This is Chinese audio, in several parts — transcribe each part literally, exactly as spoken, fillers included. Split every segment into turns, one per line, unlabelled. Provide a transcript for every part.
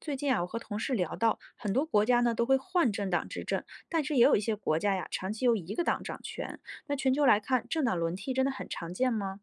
最近啊，我和同事聊到，很多国家呢都会换政党执政，但是也有一些国家呀，长期由一个党掌权。那全球来看，政党轮替真的很常见吗？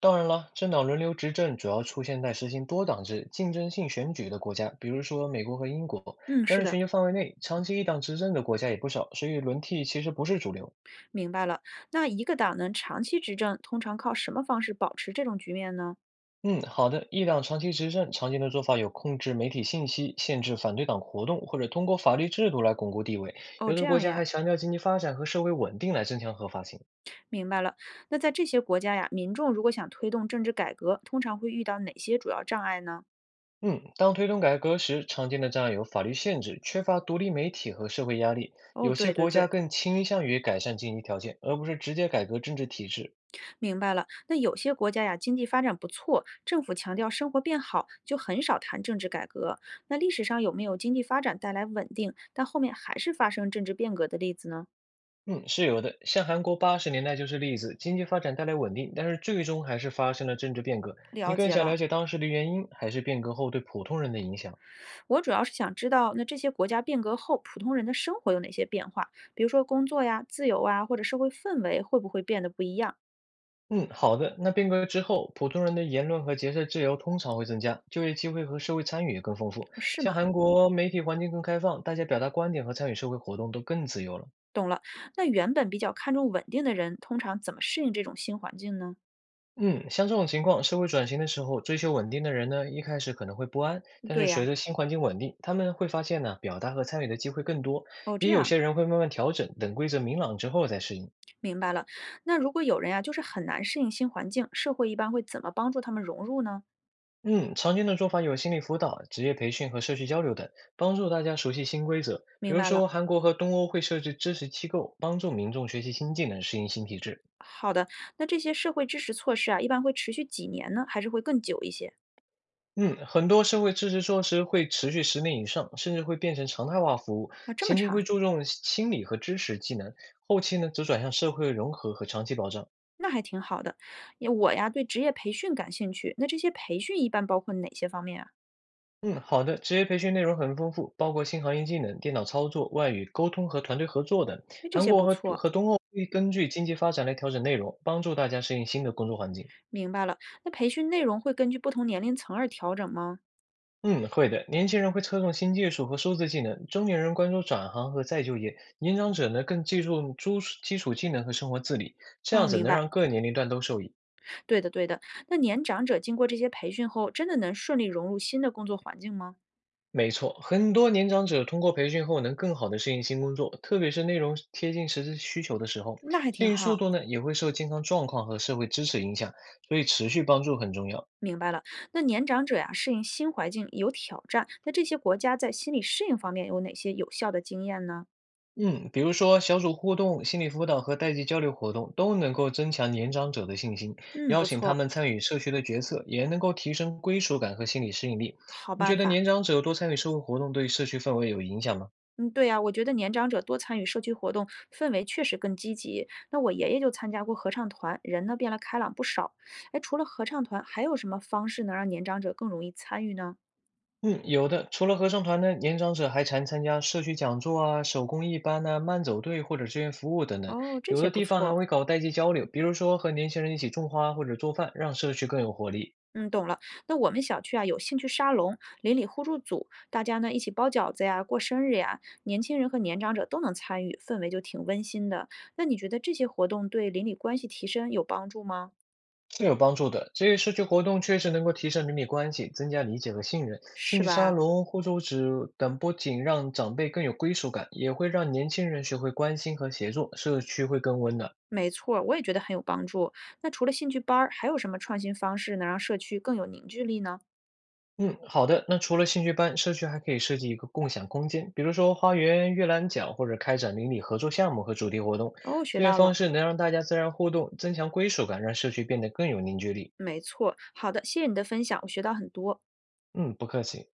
当然了，政党轮流执政主要出现在实行多党制、竞争性选举的国家，比如说美国和英国。
嗯，
但
是
是
的，
全球范围内，长期一党执政的国家也不少，所以轮替其实不是主流。
明白了。那一个党能长期执政，通常靠什么方式保持这种局面呢？
嗯，好的，一党长期执政常见的做法有控制媒体信息、限制反对党活动，或者通过法律制度来巩固地位。
哦，
有
这
的国
样
家
呀，
还强调经济发展和社会稳定来增强合法性。
明白了。那在这些国家呀，民众如果想推动政治改革，通常会遇到哪些主要障碍呢？
嗯，当推动改革时，常见的障碍有法律限制、缺乏独立媒体和社会压力。
哦，
有
对
些
对
国家
对，
更倾向于改善经济条件，而不是直接改革政治体制。
明白了。那有些国家呀，经济发展不错，政府强调生活变好，就很少谈政治改革。那历史上有没有经济发展带来稳定，但后面还是发生政治变革的例子呢？
嗯，是有的，像韩国八十年代就是例子，经济发展带来稳定，但是最终还是发生了政治变革。你
了
更
解
想了
了，
解当时的原因，还是变革后对普通人的影响？
我主要是想知道，那这些国家变革后，普通人的生活有哪些变化？比如说工作呀、自由啊，或者社会氛围会不会变得不一样？
嗯，好的。那变革之后，普通人的言论和结社自由通常会增加，就业机会和社会参与也更丰富。
啊，是
像
吗？
韩嗯国媒体环境更开放，大家表达观点和参与社会活动都更自由了。
懂了。那原本比较看重稳定的人，通常怎么适应这种新环境呢？
嗯，像这种情况，社会转型的时候，追求稳定的人呢，一开始可能会不安，但是
对
随
呀，
着新环境稳定，他们会发现呢，表达和参与的机会更多，
哦，这
也有
样。
些人会慢慢调整，等规则明朗之后再适应。
明白了。那如果有人呀，就是很难适应新环境，社会一般会怎么帮助他们融入呢？
嗯，常见的做法有心理辅导、职业培训和社区交流等，帮助大家熟悉新规则。比
明
如
白了。
说，韩国和东欧会设置支持机构，帮助民众学习新技能，适应新体制。
好的，那这些社会支持措施啊，一般会持续几年呢，还是会更久一些？
嗯，很多社会支持措施会持续十年以上，甚至会变成常态化服务，
啊，这么
前提会
长，
注重心理和知识技能，后期呢则转向社会融合和长期保障。
那还挺好的。也我呀，对职业培训感兴趣。那这些培训一般包括哪些方面啊？
嗯，好的。职业培训内容很丰富，包括新行业技能、电脑操作、外语、沟通和团队合作等。
哎，这
韩
些
国
不
和
错，
和东欧会根据经济发展来调整内容，帮助大家适应新的工作环境。
明白了。那培训内容会根据不同年龄层而调整吗？
嗯，会的。年轻人会侧重新技术和数字技能，中年人关注转行和再就业，年长者呢更注重诸基础技能和生活自理，这样
嗯，
子
明
能
白。
让各年龄段都受益。
对的，对的。那年长者经过这些培训后，真的能顺利融入新的工作环境吗？
没错，很多年长者通过培训后能更好的适应新工作，特别是内容贴近实际需求的时候，
那还
适
挺
应速
好。
度呢也会受健康状况和社会支持影响，所以持续帮助很重要。
明白了。那年长者呀、适应新环境有挑战，那这些国家在心理适应方面有哪些有效的经验呢？
嗯，比如说小组互动、心理辅导和代际交流活动都能够增强年长者的信心，
嗯，
邀
不
请他
错，
们参与社区的决策，也能够提升归属感和心理适应力。
好
你
办
觉得
法。
年长者多参与社会活动对社区氛围有影响吗？
嗯，对呀、我觉得年长者多参与社区活动，氛围确实更积极。那我爷爷就参加过合唱团，人呢变得开朗不少。哎，除了合唱团，还有什么方式能让年长者更容易参与呢？
嗯，有的。除了合唱团呢，年长者还常参加社区讲座啊、手工艺班呐、慢走队或者志愿服务等等。
哦，这
有
些
的
不
地方还
错。
会搞代际交流，比如说和年轻人一起种花或者做饭，让社区更有活力，
嗯，懂了。那我们小区啊有兴趣沙龙、邻里互助组，大家呢一起包饺子呀、过生日呀，年轻人和年长者都能参与，氛围就挺温馨的。那你觉得这些活动对邻里关系提升有帮助吗？
是有帮助的。这些社区活动确实能够提升邻里关系，增加理解和信任。
是
兴趣沙
吧？
龙、互助指等不仅让长辈更有归属感，也会让年轻人学会关心和协作，社区会更温暖。
没错儿，我也觉得很有帮助。那除了兴趣班儿，还有什么创新方式能让社区更有凝聚力呢？
嗯，好的。那除了兴趣班，社区还可以设计一个共享空间，比如说花园、阅览角，或者开展邻里合作项目和主题活动。
哦，学
这些
到
方
了，
式能让大家自然互动，增强归属感，让社区变得更有凝聚力。
没错儿，好的，谢谢你的分享，我学到很多。
嗯，不客气。